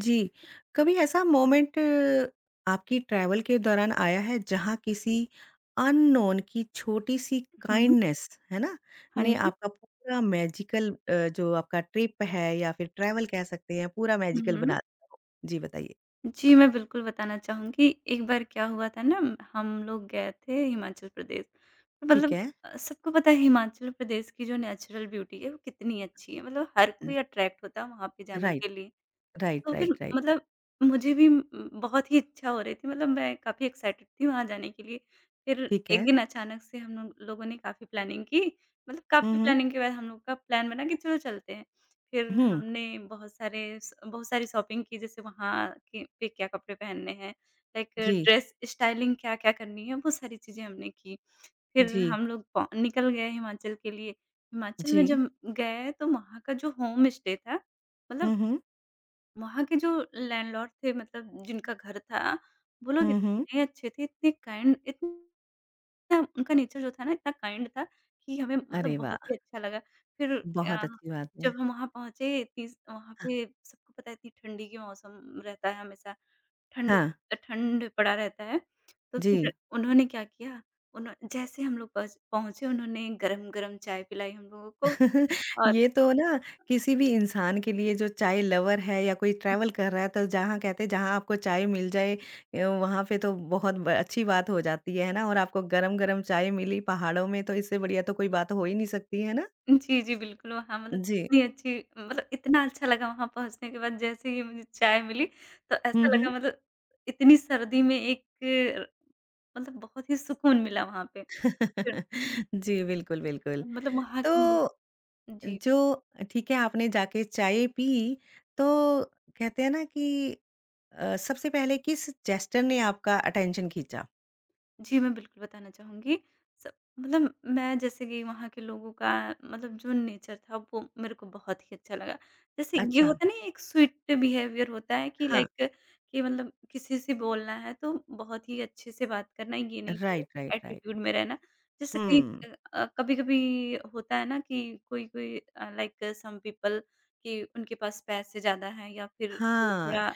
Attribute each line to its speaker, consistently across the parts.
Speaker 1: जी, कभी ऐसा मोमेंट आपकी ट्रैवल के दौरान आया है जहाँ किसी अननोन की छोटी-सी
Speaker 2: हुँ।
Speaker 1: काइंडनेस, है ना?
Speaker 2: हाँ
Speaker 1: ने
Speaker 2: जी।
Speaker 1: आपका पूरा मैजिकल जो आपका ट्रिप है या फिर ट्रैवल कह सकते हैं, पूरा
Speaker 2: हुँ,
Speaker 1: मैजिकल बना
Speaker 2: हुँ।
Speaker 1: दिया हो? जी बताइए।
Speaker 2: जी, मैं बिल्कुल बताना चाहूँगी। एक बार क्या हुआ था ना हम लोग गए थे हिमाचल प्रदेश।
Speaker 1: ठीक
Speaker 2: मतलब
Speaker 1: है।
Speaker 2: सबको पता है हिमाचल प्रदेश की जो नेचुरल ब्यूटी है वो कितनी अच्छी है। मतलब हर
Speaker 1: अ,
Speaker 2: कोई अट्रैक्ट होता है वहाँ पे जाने
Speaker 1: राइट,
Speaker 2: के लिए।
Speaker 1: राइट,
Speaker 2: तो फिर
Speaker 1: राइट, राइट।
Speaker 2: मतलब मुझे भी बहुत ही इच्छा हो रही थी मतलब मैं काफ़ी एक्साइटेड थी वहाँ जाने के लिए। फिर
Speaker 1: ठीक
Speaker 2: एक
Speaker 1: है।
Speaker 2: दिन अचानक से हम लोगों ने काफ़ी प्लानिंग की, मतलब
Speaker 1: हुँ,
Speaker 2: काफ़ी
Speaker 1: हुँ।
Speaker 2: प्लानिंग के बाद हम लोग का प्लान बना कि चलो चलते हैं। फिर
Speaker 1: हुँ,
Speaker 2: हमने बहुत सारे स बहुत सारी शॉपिंग की जैसे वहाँ के पे क्या कपड़े पहनने हैं, लाइक
Speaker 1: जी,
Speaker 2: ड्रेस स्टाइलिंग क्या-क्या करनी है वो सारी चीज़ें हमने की। फिर
Speaker 1: जी,
Speaker 2: हम लोग पौ निकल गए हिमाचल के लिए। हिमाचल में
Speaker 1: जी।
Speaker 2: जब गए तो वहाँ का जो होम स्टे था मतलब
Speaker 1: हुँ, हुँ।
Speaker 2: वहाँ के जो लैंडलॉर्ड थे मतलब जिनका घर था, वो लोग
Speaker 1: हुँ, हुँ।
Speaker 2: इतने अच्छे थे, इतने काइंड इतना उनका नेचर जो था ना इतना काइंड था कि हमें मतलब
Speaker 1: अरे वाह!
Speaker 2: बहुत ही अच्छा लगा। फिर
Speaker 1: बहुत
Speaker 2: अ,
Speaker 1: अच्छी बात है।
Speaker 2: जब हम वहाँ पहुँचे तीस वहाँ
Speaker 1: हाँ,
Speaker 2: पे सबको पता है इतनी ठंडी की मौसम रहता है हमेशा, ठंड
Speaker 1: हाँ,
Speaker 2: ठंड पड़ा रहता है। तो फिर
Speaker 1: जी।
Speaker 2: उन्होंने क्या किया, उन्हों जैसे हम लोग पहुँचे उन्होंने गरम-गरम चाय पिलाई हम लोगों को।
Speaker 1: ये तो ना किसी भी इंसान के लिए जो चाय लवर है या कोई
Speaker 2: और
Speaker 1: ट्रैवल कर रहा है तो जहाँ कहते हैं जहाँ आपको चाय मिल जाए वहाँ पे तो बहुत अच्छी बात हो जाती है ना, और आपको गरम गरम चाय मिली पहाड़ों में तो इससे बढ़िया तो कोई बात हो ही नहीं सकती है ना।
Speaker 2: जी, जी, बिल्कुल, वहाँ मतलब
Speaker 1: जी।
Speaker 2: इतनी अच्छी मतलब इतना अच्छा लगा वहाँ पहुँचने के बाद जैसे ही मुझे चाय मिली, तो ऐसा
Speaker 1: हम्म।
Speaker 2: लगा मतलब इतनी सर्दी में एक मतलब बहुत ही सुकून मिला वहाँ पे। फिर
Speaker 1: जी बिल्कुल बिल्कुल।
Speaker 2: मतलब वहाँ
Speaker 1: तो
Speaker 2: की जी।
Speaker 1: जो ठीक है, आपने जाके चाय पी, तो कहते हैं ना कि सबसे पहले किस जेस्टर ने आपका अटेंशन खींचा?
Speaker 2: जी, मैं बिल्कुल बताना चाहूँगी। स मतलब मैं जैसे कि वहाँ के लोगों का मतलब जो नेचर था वो मेरे को बहुत ही अच्छा लगा। जैसे ये
Speaker 1: अच्छा।
Speaker 2: होता है ना एक स्वीट बिहेवियर होता है कि लाइक कि मतलब किसी से बोलना है तो बहुत ही अच्छे से बात करना है, ये नहीं कि
Speaker 1: राइट, राइट, राइट।
Speaker 2: एटीट्यूड में रहना। जैसे कहीं
Speaker 1: हुँ,
Speaker 2: कभी-कभी होता है ना कि कोई-कोई लाइक सम पीपल कि उनके पास पैसे ज़्यादा हैं या फिर वो
Speaker 1: हाँ,
Speaker 2: थोड़ा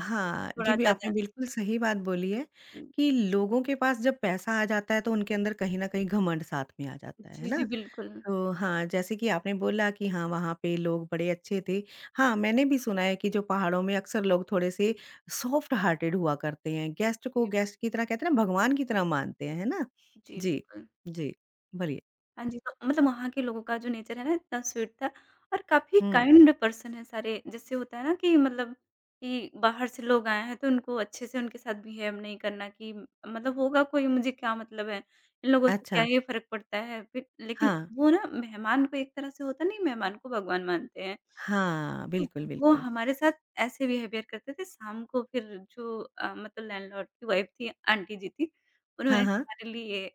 Speaker 1: हाँ, जी,
Speaker 2: थोड़ा
Speaker 1: भी आपने
Speaker 2: ज़्यादा
Speaker 1: बिल्कुल सही बात बोली है कि लोगों के पास जब पैसा आ जाता है, तो उनके अंदर कहीं न कहीं घमंड साथ में आ जाता है
Speaker 2: जी,
Speaker 1: ना?
Speaker 2: जी, बिल्कुल।
Speaker 1: तो हाँ, जैसे कि आपने बोला कि हाँ, वहाँ पे लोग बड़े अच्छे थे। हाँ, मैंने भी सुना है कि जो पहाड़ों में अक्सर लोग थोड़े-से सॉफ्ट हार्टेड हुआ करते हैं, गेस्ट को
Speaker 2: जी,
Speaker 1: गेस्ट की तरह कहते हैं ना, भगवान की तरह मानते हैं, है ना?
Speaker 2: जी,
Speaker 1: जी,
Speaker 2: बिल्कुल।
Speaker 1: जी, बोलिए।
Speaker 2: हाँ जी, तो मतलब वहाँ के लोगों का जो नेचर है ना इतना स्वीट था और काफ़ी
Speaker 1: हुँ,
Speaker 2: काइंड पर्सन है सारे। जैसे होता है ना कि मतलब कि बाहर से लोग आए हैं तो उनको अच्छे से उनके साथ बिहेव नहीं करना कि मतलब होगा कोई मुझे क्या मतलब है, इन लोगों से क्या
Speaker 1: अच्छा,
Speaker 2: ही फ़र्क पड़ता है। फिर लेकिन
Speaker 1: हाँ,
Speaker 2: वो ना मेहमान को एक तरह से होता नहीं मेहमान को भगवान मानते हैं।
Speaker 1: हाँ,
Speaker 2: तो
Speaker 1: बिल्कुल,
Speaker 2: वो
Speaker 1: बिल्कुल।
Speaker 2: हमारे साथ ऐसे बिहेवियर करते थे, शाम को फिर जो मतलब लैंडलॉर्ड की वाइफ़ थी, आंटी जी थी, उन्होंने
Speaker 1: हाँ, हाँ।
Speaker 2: हमारे लिए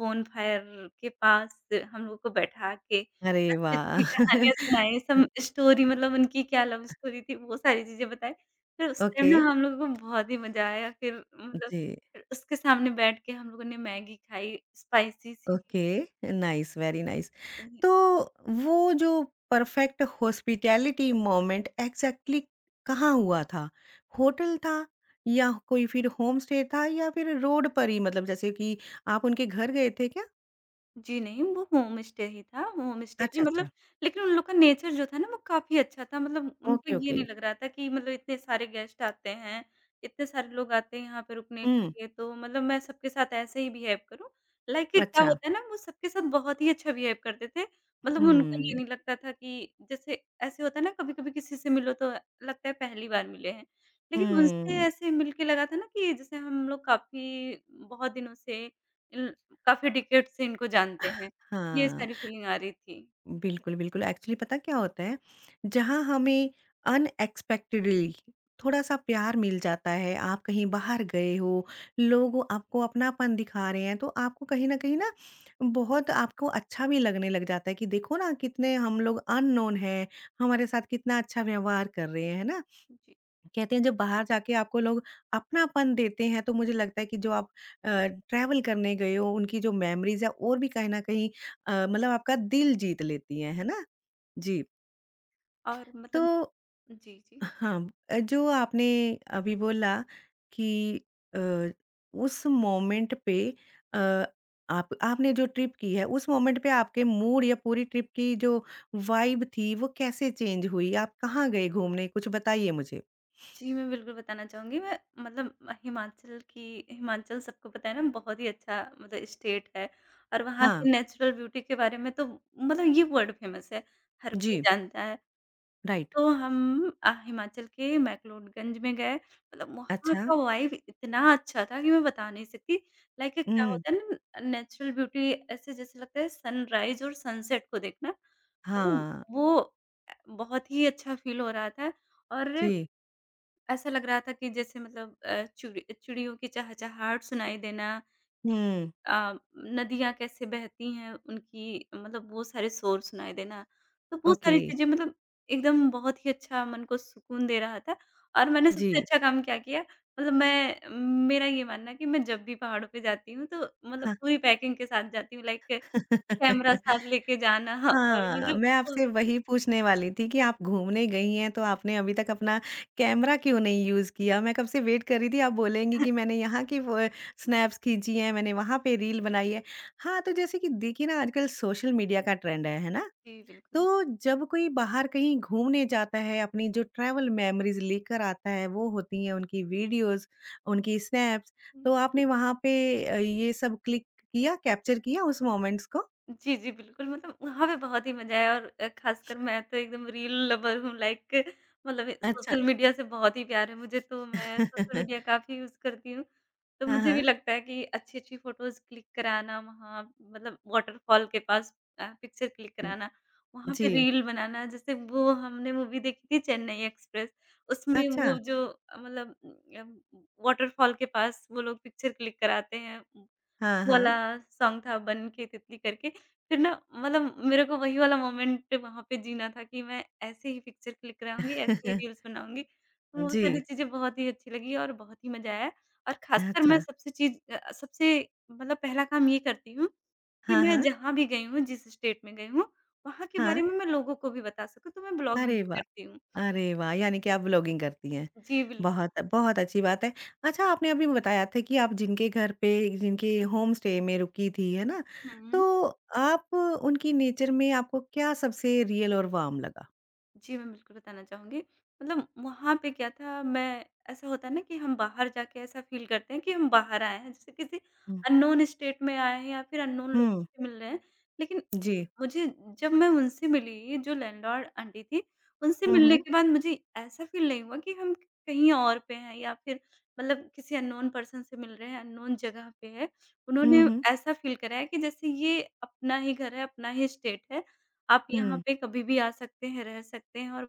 Speaker 2: बोनफायर के पास हम लोगों को बैठा के
Speaker 1: अरे वाह!
Speaker 2: अच्छी-अच्छी कहानियाँ सुनाई, सम स्टोरी मतलब उनकी क्या लव स्टोरी थी, वो सारी चीज़ें बताई। फिर उस टाइम
Speaker 1: ओके,
Speaker 2: ना हम लोगों को बहुत ही मज़ा आया, फिर मतलब
Speaker 1: जी,
Speaker 2: फिर उसके सामने बैठ के हम लोगों ने मैगी खाई, स्पाइसी सी।
Speaker 1: Okay, nice, very nice. तो वो जो परफेक्ट हॉस्पिटैलिटी मोमेंट एग्ज़ैक्टली कहाँ हुआ था? होटल था या कोई फिर होम स्टे था या फिर रोड पर ही मतलब जैसे कि आप उनके घर गए थे क्या?
Speaker 2: जी, नहीं, वो होम स्टे ही था। होम स्टे में
Speaker 1: अच्छा,
Speaker 2: मतलब
Speaker 1: अच्छा,
Speaker 2: लेकिन उन लोग का नेचर जो था ना वो काफ़ी अच्छा था। मतलब
Speaker 1: ओके,
Speaker 2: उनको ये
Speaker 1: ओके।
Speaker 2: नहीं लग रहा था कि मतलब इतने सारे गेस्ट आते हैं, इतने सारे लोग आते हैं यहाँ पे रुकने
Speaker 1: हुँ,
Speaker 2: के लिए तो मतलब मैं सबके साथ ऐसे ही बिहेव करूँ। लाइक क्या
Speaker 1: अच्छा,
Speaker 2: होता है ना वो सबके साथ बहुत ही अच्छा बिहेव करते थे। मतलब उनको ये
Speaker 1: हुँ,
Speaker 2: नहीं लगता था कि जैसे ऐसे होता है ना कभी-कभी किसी से मिलो तो लगता है पहली बार मिले हैं। लेकिन उनसे
Speaker 1: हुँ,
Speaker 2: ऐसे मिल के लगा था ना कि जैसे हम लोग काफ़ी बहुत दिनों से काफ़ी डिकेड से इनको जानते हैं। ये
Speaker 1: हाँ।
Speaker 2: सारी फीलिंग आ रही थी।
Speaker 1: बिल्कुल, बिल्कुल। एक्चुअली पता क्या होता है, जहाँ हमें अनएक्सपेक्टेडली थोड़ा-सा प्यार मिल जाता है, आप कहीं बाहर गए हो, लोग आपको अपनापन दिखा रहे हैं, तो आपको कहीं न कहीं ना बहुत आपको अच्छा भी लगने लग जाता है कि देखो ना कितने हम लोग अननोन हैं, हमारे साथ कितना अच्छा व्यवहार कर रहे हैं, है ना?
Speaker 2: जी,
Speaker 1: कहते हैं जब बाहर जाके आपको लोग अपनापन देते हैं तो मुझे लगता है कि जो आप अ, ट्रैवल करने गए हो उनकी जो मेमोरीज है और भी कहीं ना कहीं मतलब आपका दिल जीत लेती हैं, है ना? जी।
Speaker 2: और
Speaker 1: तो
Speaker 2: मतलब जी, जी।
Speaker 1: हाँ, जो आपने अभी बोला कि अ, उस मोमेंट पे, अ, आप आपने जो ट्रिप की है उस मोमेंट पे आपके मूड या पूरी ट्रिप की जो वाइब थी वो कैसे चेंज हुई? आप कहाँ गए घूमने? कुछ बताइए मुझे।
Speaker 2: जी, मैं बिल्कुल बताना चाहूँगी मैं मतलब हिमाचल की हिमाचल सबको पता है ना बहुत ही अच्छा मतलब स्टेट है और वहाँ
Speaker 1: हाँ।
Speaker 2: की नेचुरल ब्यूटी के बारे में तो मतलब ये वर्ल्ड फेमस है, हर कोई
Speaker 1: जी।
Speaker 2: जानता है।
Speaker 1: राइट।
Speaker 2: तो हम हिमाचल के मैक्लोडगंज में गए, मतलब वहाँ
Speaker 1: अच्छा।
Speaker 2: का वाइब इतना अच्छा था कि मैं बता नहीं सकती। लाइक क्या
Speaker 1: हुँ,
Speaker 2: होता है ना नेचुरल ब्यूटी ऐसे जैसे लगता है सनराइज़ और सनसेट को देखना, मतलब
Speaker 1: हाँ,
Speaker 2: वो बहुत ही अच्छा फ़ील हो रहा था और
Speaker 1: जी,
Speaker 2: ऐसा लग रहा था कि जैसे मतलब चिड़ियों की चहचहाहट सुनाई देना कि
Speaker 1: हुँ,
Speaker 2: नदियाँ कैसे बहती हैं उनकी मतलब वो सारे शोर सुनाई देना। तो वो
Speaker 1: ओके,
Speaker 2: सारी चीज़ें मतलब एकदम बहुत ही अच्छा मन को सुकून दे रहा था और मैंने सबसे
Speaker 1: जी,
Speaker 2: अच्छा काम क्या किया मतलब मैं मेरा ये मानना है कि मैं जब भी पहाड़ों पे जाती हूँ तो मतलब
Speaker 1: हाँ।
Speaker 2: पूरी पैकिंग के साथ जाती हूँ लाइक कैमरा साथ लेके जाना और
Speaker 1: हाँ,
Speaker 2: मतलब।
Speaker 1: मैं आपसे वही पूछने वाली थी कि आप घूमने गई हैं, तो आपने अभी तक अपना कैमरा क्यों नहीं यूज़ किया? मैं कब से वेट कर रही थी, आप बोलेंगी कि मैंने यहाँ की वो स्नैप्स खींची हैं, मैंने वहाँ पे रील बनाई है। हाँ, तो जैसे कि देखिए ना आजकल सोशल मीडिया का ट्रेंड है ना?
Speaker 2: जी,
Speaker 1: तो
Speaker 2: बिल्कुल।
Speaker 1: जब कोई बाहर कहीं घूमने जाता है, अपनी जो ट्रैवल मेमोरीज़ लेकर आता है, वो होती हैं उनकी वीडियोज़, उनकी स्नैप्स, तो
Speaker 2: हुँ।
Speaker 1: आपने वहाँ पे ये सब क्लिक किया, कैप्चर किया उस मोमेंट्स को?
Speaker 2: जी, जी, बिल्कुल मतलब वहाँ पे बहुत ही मज़ा आया और ख़ासकर मैं तो एकदम रील लवर हूँ लाइक मतलब
Speaker 1: अच्छा।
Speaker 2: सोशल मीडिया से बहुत ही प्यार है मुझे, तो मैं सोशल मीडिया काफ़ी यूज़ करती हूँ। तो
Speaker 1: हाँ,
Speaker 2: मुझे भी
Speaker 1: हाँ।
Speaker 2: लगता है कि अच्छी-अच्छी फ़ोटोज़ क्लिक कराना वहाँ मतलब वाटरफॉल के पास पिक्चर क्लिक
Speaker 1: उम,
Speaker 2: कराना, वहाँ पे
Speaker 1: जी।
Speaker 2: रील बनाना जैसे वो हमने मूवी देखी थी चेन्नई एक्सप्रेस, उसमें
Speaker 1: अच्छा।
Speaker 2: वो जो मतलब अ, वाटरफॉल के पास वो लोग पिक्चर क्लिक कराते हैं।
Speaker 1: हाँ,
Speaker 2: वाला
Speaker 1: हाँ।
Speaker 2: सॉन्ग था बन के तितली करके। फिर ना मतलब मेरे को वही वाला मोमेंट वहाँ पे जीना था कि मैं ऐसे ही पिक्चर क्लिक कराऊँगी, ऐसे ही रील्स बनाऊँगी। वो
Speaker 1: जी।
Speaker 2: सारी चीज़ें बहुत ही अच्छी लगी और बहुत ही मज़ा आया और ख़ासकर
Speaker 1: अच्छा।
Speaker 2: मैं सबसे चीज़ सबसे मतलब पहला काम ये करती हूँ कि
Speaker 1: हाँ,
Speaker 2: मैं
Speaker 1: हाँ।
Speaker 2: जहाँ भी गई हूँ, जिस स्टेट में गई हूँ, वहाँ के
Speaker 1: हाँ।
Speaker 2: बारे में मैं लोगों को भी बता सकूँ, तो मैं ब्लॉगिंग
Speaker 1: अरे
Speaker 2: भी
Speaker 1: वाह!
Speaker 2: करती हूँ।
Speaker 1: अरे वाह! यानी कि आप व्लॉगिंग करती हैं।
Speaker 2: जी, बिल्कुल।
Speaker 1: बहुत बहुत अच्छी बात है। अच्छा, आपने अभी बताया था कि आप जिनके घर पे, जिनके होम स्टे में रुकी थी, है ना?
Speaker 2: हुँ।
Speaker 1: तो आप उनकी नेचर में आपको क्या सबसे रियल और वार्म लगा?
Speaker 2: जी, मैं बिल्कुल बताना चाहूँगी। मतलब वहाँ पे क्या था मैं ऐसा होता है ना कि हम बाहर जाके ऐसा फ़ील करते हैं कि हम बाहर आए हैं, जैसे किसी
Speaker 1: हुँ,
Speaker 2: अननोन स्टेट में आए हैं या फिर अननोन
Speaker 1: हुँ,
Speaker 2: लोगों से मिल रहे हैं। लेकिन
Speaker 1: जी।
Speaker 2: मुझे जब मैं उनसे मिली जो लैंडलॉर्ड आंटी थी, उनसे
Speaker 1: हुँ,
Speaker 2: मिलने
Speaker 1: हुँ।
Speaker 2: के बाद मुझे ऐसा फ़ील नहीं हुआ कि हम कहीं और पे हैं या फिर मतलब किसी अननोन पर्सन से मिल रहे हैं, अननोन जगह पे है।
Speaker 1: हुँ,
Speaker 2: उन्होंने
Speaker 1: हुँ,
Speaker 2: ऐसा फ़ील कराया कि जैसे ये अपना ही घर है, अपना ही स्टेट है आप यहाँ
Speaker 1: हुँ।
Speaker 2: पे कभी भी आ सकते हैं, रह सकते हैं और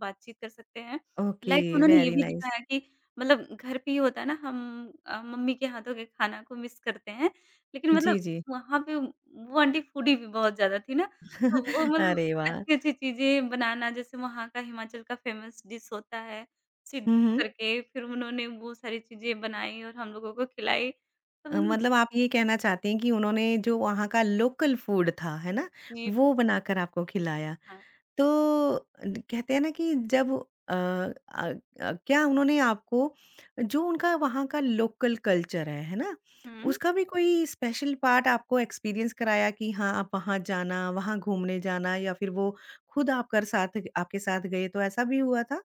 Speaker 2: बातचीत कर सकते हैं।
Speaker 1: ओके,
Speaker 2: लाइक उन्होंने ये
Speaker 1: वेरी
Speaker 2: भी
Speaker 1: नाइस।
Speaker 2: दिखाया कि मतलब घर पे ये होता है ना हम मम्मी के हाथों के खाना को मिस करते हैं, लेकिन मतलब
Speaker 1: जी, जी।
Speaker 2: वहाँ पे वो आंटी फूडी भी बहुत ज़्यादा थी ना, तो वो मतलब
Speaker 1: अरे वाह!
Speaker 2: अच्छी-अच्छी चीज़ें बनाना जैसे वहाँ का हिमाचल का फ़ेमस डिश होता है,
Speaker 1: हुँ,
Speaker 2: सिड्डू
Speaker 1: हुँ।
Speaker 2: करके फिर उन्होंने वो सारी चीज़ें बनाई और हम लोगों को खिलाई। तो मतलब
Speaker 1: मतलब आप ये कहना चाहती हैं कि उन्होंने जो वहाँ का लोकल फूड था, है ना?
Speaker 2: जी,
Speaker 1: वो बनाकर आपको खिलाया।
Speaker 2: हाँ।
Speaker 1: तो ड कहते हैं ना कि जब अ अ क्या उन्होंने आपको जो उनका वहाँ का लोकल कल्चर है ना?
Speaker 2: हुँ।
Speaker 1: उसका भी कोई स्पेशल पार्ट आपको एक्सपीरियंस कराया कि हाँ, आप वहाँ जाना, वहाँ घूमने जाना, या फिर वो खुद आपकर साथ आपके साथ गए, तो ऐसा भी हुआ था?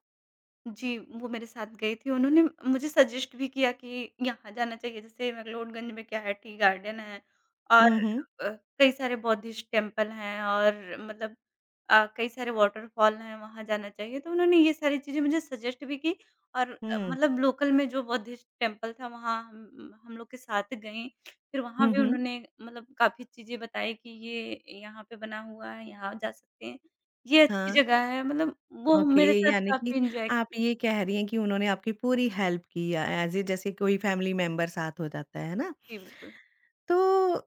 Speaker 2: जी, वो मेरे साथ गई थी। उन्होंने मुझे सजेस्ट भी किया कि यहाँ जाना चाहिए, जैसे मैक्लोडगंज में क्या है, टी गार्डन है और
Speaker 1: हुँ, हुँ।
Speaker 2: अ, कई सारे बौद्धिस्ट टेम्पल हैं और मतलब कई सारे वाटरफॉल हैं, वहाँ जाना चाहिए। तो उन्होंने ये सारी चीज़ें मुझे सजेस्ट भी की और
Speaker 1: हुँ।
Speaker 2: मतलब लोकल में जो बौद्धिस्ट टेम्पल था, वहाँ हम लोग के साथ गईं। फिर वहाँ
Speaker 1: हुँ,
Speaker 2: भी
Speaker 1: हुँ।
Speaker 2: उन्होंने मतलब काफ़ी चीज़ें बताई कि ये यहाँ पे बना हुआ है, यहाँ जा सकते हैं, ये
Speaker 1: हाँ,
Speaker 2: अच्छी जगह है। मतलब वो
Speaker 1: ओके,
Speaker 2: मेरे साथ
Speaker 1: यानी कि
Speaker 2: काफ़ी एन्जॉय।
Speaker 1: आप ये कह रही हैं कि उन्होंने आपकी पूरी हेल्प की या एज़ ए जैसे कोई फैमिली मेंबर साथ हो जाता है ना?
Speaker 2: जी, बिल्कुल।
Speaker 1: तो अ,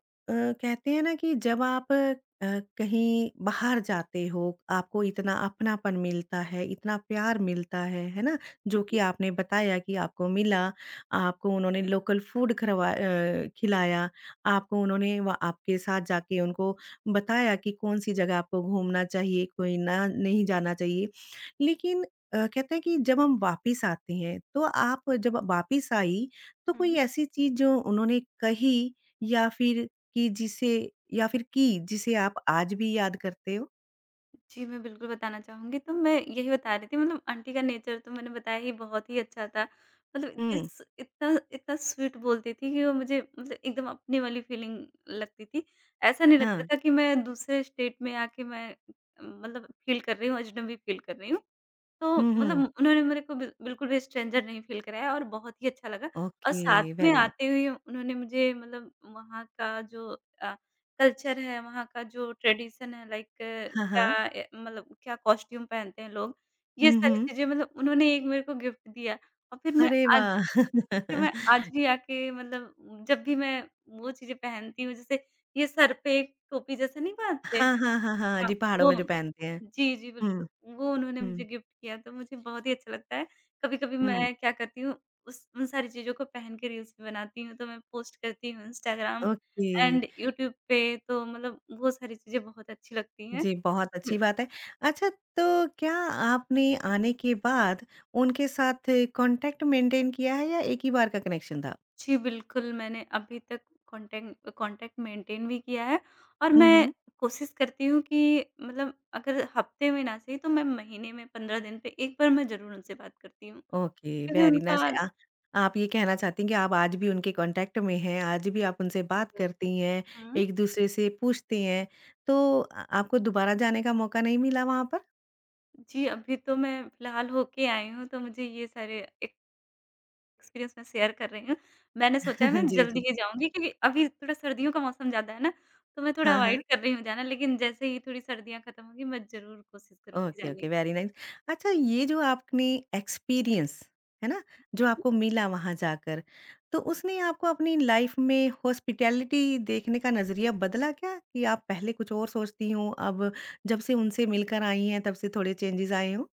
Speaker 1: कहते हैं ना कि जब आप अ, कहीं बाहर जाते हो, आपको इतना अपनापन मिलता है, इतना प्यार मिलता है ना? जो कि आपने बताया कि आपको मिला, आपको उन्होंने लोकल फूड खरवा खिलाया, आपको उन्होंने व आपके साथ जाके उनको बताया कि कौन-सी जगह आपको घूमना चाहिए, कोई ना नहीं जाना चाहिए। लेकिन कहते हैं कि जब हम वापिस आते हैं, तो आप जब वापिस आई, तो
Speaker 2: हुँ,
Speaker 1: कोई
Speaker 2: हुँ।
Speaker 1: ऐसी चीज़ जो उन्होंने कही या फिर कि जिसे या फिर की जिसे आप आज भी याद करते हो?
Speaker 2: जी, मैं बिल्कुल बताना चाहूँगी तो मैं यही बता रही थी मतलब आंटी का नेचर तो मैंने बताया ही बहुत ही अच्छा था। मतलब इतनी
Speaker 1: हुँ।
Speaker 2: स इतना इतना स्वीट बोलती थी कि वो मुझे मतलब एकदम अपनी वाली फीलिंग लगती थी। ऐसा नहीं लगता
Speaker 1: हाँ।
Speaker 2: था कि मैं दूसरे स्टेट में आके मैं मतलब फील कर रही हूँ, अजनबी फील कर रही हूँ। तो
Speaker 1: हुँ,
Speaker 2: मतलब
Speaker 1: हुँ।
Speaker 2: उन्होंने मेरे को बिल्कुल भी स्ट्रेंजर नहीं फ़ील कराया और बहुत ही अच्छा लगा। और
Speaker 1: ओके,
Speaker 2: साथ में
Speaker 1: वेरी नाइस।
Speaker 2: आते हुए उन्होंने मुझे मतलब वहाँ का जो अ, कल्चर है, वहाँ का जो ट्रेडिशन है लाइक
Speaker 1: हाँ,
Speaker 2: क्या
Speaker 1: हाँ।
Speaker 2: मतलब क्या कॉस्ट्यूम पहनते हैं लोग, ये
Speaker 1: हुँ,
Speaker 2: सारी
Speaker 1: हुँ।
Speaker 2: चीज़ें मतलब उन्होंने एक मेरे को गिफ्ट दिया और
Speaker 1: अरे
Speaker 2: आज
Speaker 1: वाह!
Speaker 2: फिर मैं आज भी आके मतलब जब भी मैं वो चीज़ें पहनती हूँ, जैसे ये सर पे एक टोपी जैसा नहीं बाँधते?
Speaker 1: हाँ, हाँ, हाँ, हाँ।
Speaker 2: हाँ,
Speaker 1: जी, पहाड़ों
Speaker 2: वो
Speaker 1: में जो पहनते हैं।
Speaker 2: जी, जी,
Speaker 1: हुँ,
Speaker 2: बिल्कुल। वो उन्होंने मुझे
Speaker 1: हुँ,
Speaker 2: गिफ्ट किया तो मुझे बहुत ही अच्छा लगता है। कभी-कभी
Speaker 1: हुँ।
Speaker 2: मैं क्या करती हूँ उस उन सारी चीज़ों को पहन के रील्स भी बनाती हूँ, तो मैं पोस्ट करती हूँ इंस्टाग्राम
Speaker 1: ओके।
Speaker 2: एंड यूट्यूब पे तो मतलब वो सारी चीज़ें बहुत अच्छी लगती हैं।
Speaker 1: जी, बहुत अच्छी बात है। अच्छा, तो क्या आपने आने के बाद उनके साथ कॉन्टैक्ट मेंटेन किया है या एक ही बार का कनेक्शन था?
Speaker 2: जी, बिल्कुल मैंने अभी तक कॉन्टैक्ट कॉन्टैक्ट मेंटेन भी किया है और
Speaker 1: हुँ,
Speaker 2: मैं
Speaker 1: हुँ।
Speaker 2: कोशिश करती हूँ कि मतलब अगर हफ्ते में ना सही तो मैं महीने में 15 दिन पे 1 बार मैं ज़रूर उनसे बात करती हूँ।
Speaker 1: ओके,
Speaker 2: क्योंकि
Speaker 1: वेरी
Speaker 2: उनका
Speaker 1: नाइस। आप ये कहना चाहती हैं कि आप आज भी उनके कॉन्टैक्ट में हैं, आज भी आप उनसे
Speaker 2: जी,
Speaker 1: बात
Speaker 2: बिल्कुल।
Speaker 1: करती हैं,
Speaker 2: हुँ।
Speaker 1: एक-दूसरे से पूछती हैं, तो आपको दोबारा जाने का मौका नहीं मिला वहाँ पर?
Speaker 2: जी, अभी तो मैं फ़िलहाल होके आई हूँ, तो मुझे ये सारे एक्सपीरियंस मैं शेयर कर रही हूँ। मैंने सोचा है मैं
Speaker 1: जी,
Speaker 2: जल्दी
Speaker 1: जी।
Speaker 2: ही जाऊँगी क्योंकि अभी थोड़ा सर्दियों का मौसम ज़्यादा है ना, तो मैं थोड़ा
Speaker 1: हाँ, हाँ।
Speaker 2: अवॉइड कर रही हूँ जाना, लेकिन जैसे ही थोड़ी सर्दियाँ खत्म होंगी, मैं ज़रूर कोशिश करूँगी
Speaker 1: ओके,
Speaker 2: जाने
Speaker 1: ओके,
Speaker 2: की।
Speaker 1: Very nice. अच्छा, ये जो आपने एक्सपीरियंस, है ना? जो
Speaker 2: हुँ।
Speaker 1: आपको मिला वहाँ जाकर, तो उसने आपको अपनी लाइफ़ में हॉस्पिटैलिटी देखने का नज़रिया बदला क्या? कि आप पहले कुछ और सोचती हों, अब जब से उनसे मिलकर आई हैं, तब से थोड़े चेंजेज़ आए हों?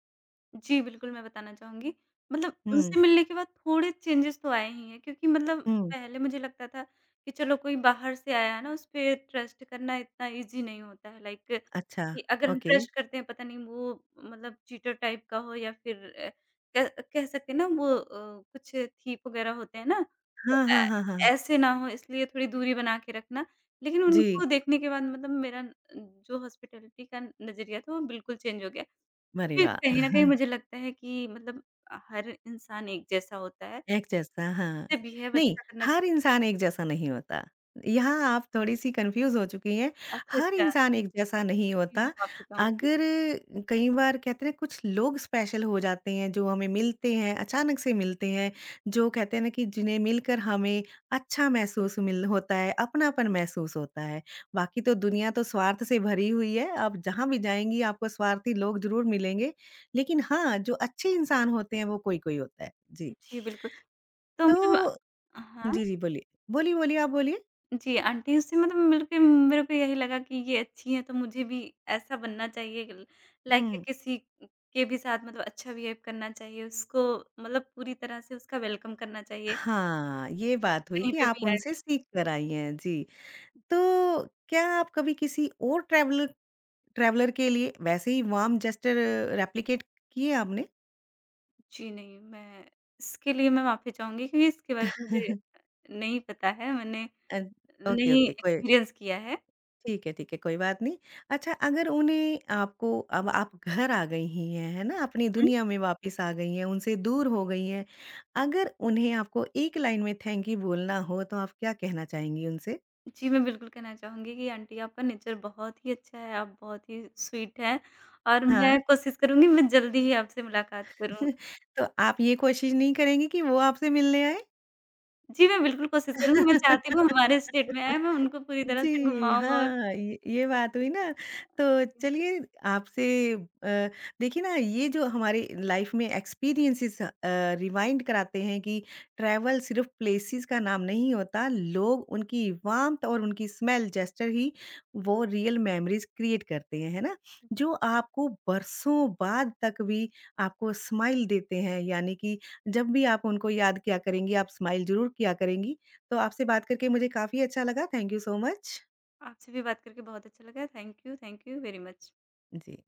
Speaker 2: जी, बिल्कुल, मैं बताना चाहूँगी। मतलब
Speaker 1: हुँ।
Speaker 2: उनसे मिलने के बाद थोड़े चेंजेज़ तो आए ही हैं क्योंकि मतलब
Speaker 1: हुँ,
Speaker 2: पहले मुझे लगता था कि चलो कोई बाहर से आया है ना, उस पे ट्रस्ट करना इतना ईज़ी नहीं होता है। लाइक
Speaker 1: अच्छा,
Speaker 2: कि अगर हम
Speaker 1: ओके।
Speaker 2: ट्रस्ट करते हैं पता नहीं वो मतलब चीटर टाइप का हो या फिर कह कह सकते हैं ना वो कुछ थीप वग़ैरह होते हैं ना, तो
Speaker 1: हाँ, हाँ,
Speaker 2: ऐ
Speaker 1: हाँ, हाँ।
Speaker 2: ऐसे ना हो इसलिए थोड़ी दूरी बना के रखना। लेकिन
Speaker 1: जी,
Speaker 2: उनको देखने के बाद मतलब मेरा न- जो हॉस्पिटैलिटी का नज़रिया था वो बिल्कुल चेंज हो गया।
Speaker 1: अरे
Speaker 2: देखिए,
Speaker 1: वाह!
Speaker 2: कहीं न कहीं मुझे लगता है कि मतलब हर इंसान एक जैसा होता है।
Speaker 1: एक जैसा, हाँ।
Speaker 2: से बिहेव
Speaker 1: नहीं,
Speaker 2: अच्छा करना
Speaker 1: हर
Speaker 2: चाहिए।
Speaker 1: इंसान एक जैसा नहीं होता। यहाँ आप थोड़ी-सी कन्फ्यूज़ हो चुकी हैं।
Speaker 2: अच्छा,
Speaker 1: हर
Speaker 2: अच्छा,
Speaker 1: इंसान एक जैसा नहीं
Speaker 2: जी,
Speaker 1: होता।
Speaker 2: मैं माफ़ी चाहूँगी।
Speaker 1: अगर कई बार कहते हैं कुछ लोग स्पेशल हो जाते हैं जो हमें मिलते हैं, अचानक से मिलते हैं, जो कहते हैं ना कि जिन्हें मिलकर हमें अच्छा महसूस मिल होता है, अपनापन महसूस होता है। बाकी तो दुनिया तो स्वार्थ से भरी हुई है। आप जहाँ भी जाएँगी आपको स्वार्थी लोग ज़रूर मिलेंगे। लेकिन हाँ, जो अच्छे इंसान होते हैं वो कोई-कोई होता है। जी।
Speaker 2: जी, बिल्कुल। तो
Speaker 1: तो
Speaker 2: मतलब हाँ,
Speaker 1: जी, जी, बोलिए। बोलिए, बोलिए, आप बोलिए।
Speaker 2: जी, आंटी से मतलब मिल के मेरे को यही लगा कि ये अच्छी हैं, तो मुझे भी ऐसा बनना चाहिए ल लाइक कि
Speaker 1: हुँ।
Speaker 2: किसी के भी साथ मतलब अच्छा बिहेव करना चाहिए, उसको मतलब पूरी तरह से उसका वेलकम करना चाहिए,
Speaker 1: हाँ, ये बात हुई
Speaker 2: कहीं
Speaker 1: कि
Speaker 2: पे
Speaker 1: आप
Speaker 2: भी आए।
Speaker 1: उनसे सीख कर आई हैं, जी। तो क्या आप कभी किसी और ट्रैवलर ट्रैवलर के लिए वैसे ही वार्म जेस्चर रेप्लिकेट किए आपने?
Speaker 2: जी, नहीं, मैं इसके लिए मैं माफ़ी चाहूँगी क्योंकि इसके बारे में मुझे नहीं पता है, मैंने
Speaker 1: अ, ओके,
Speaker 2: नहीं
Speaker 1: ओके, कोई
Speaker 2: एक्सपीरियंस किया है।
Speaker 1: ठीक है, कोई बात नहीं। अच्छा, अगर उन्हें आपको अब आप घर आ गई ही हैं, है ना? अपनी
Speaker 2: हुँ।
Speaker 1: दुनिया में वापस आ गई हैं, उनसे दूर हो गई हैं। अगर उन्हें आपको एक लाइन में थैंक यू बोलना हो, तो आप क्या कहना चाहेंगी उनसे?
Speaker 2: जी, मैं बिल्कुल कहना चाहूँगी कि आंटी आपका नेचर बहुत ही अच्छा है, आप बहुत ही स्वीट हैं और
Speaker 1: हाँ।
Speaker 2: मैं कोशिश करूँगी मैं जल्दी ही आपसे मुलाकात करूँ।
Speaker 1: तो आप ये कोशिश नहीं करेंगी कि वो आपसे मिलने आए?
Speaker 2: जी, मैं बिल्कुल कोशिश करूँगी, मैं चाहती हूँ वो हमारे स्टेट में आएँ, मैं उनको पूरी तरह
Speaker 1: जी,
Speaker 2: से घुमाऊँ और
Speaker 1: हाँ, ये बात हुई ना, तो चलिए आपसे अ, देखिए ना ये जो हमारे लाइफ में एक्सपीरियंसेस रिमाइंड कराते हैं कि ट्रैवल सिर्फ़ प्लेसेस का नाम नहीं होता, लोग, उनकी वार्म्थ और उनकी स्मेल, जेस्चर ही वो रियल मेमोरीज़ क्रिएट करते हैं, है ना? जो आपको बरसों बाद तक भी आपको स्माइल देते हैं, यानी कि जब भी आप उनको याद किया करेंगी, आप स्माइल ज़रूर किया करेंगी। तो आपसे बात करके मुझे काफ़ी अच्छा लगा। Thank you so much.
Speaker 2: आपसे भी बात करके बहुत अच्छा लगा। Thank you very much.
Speaker 1: Ji.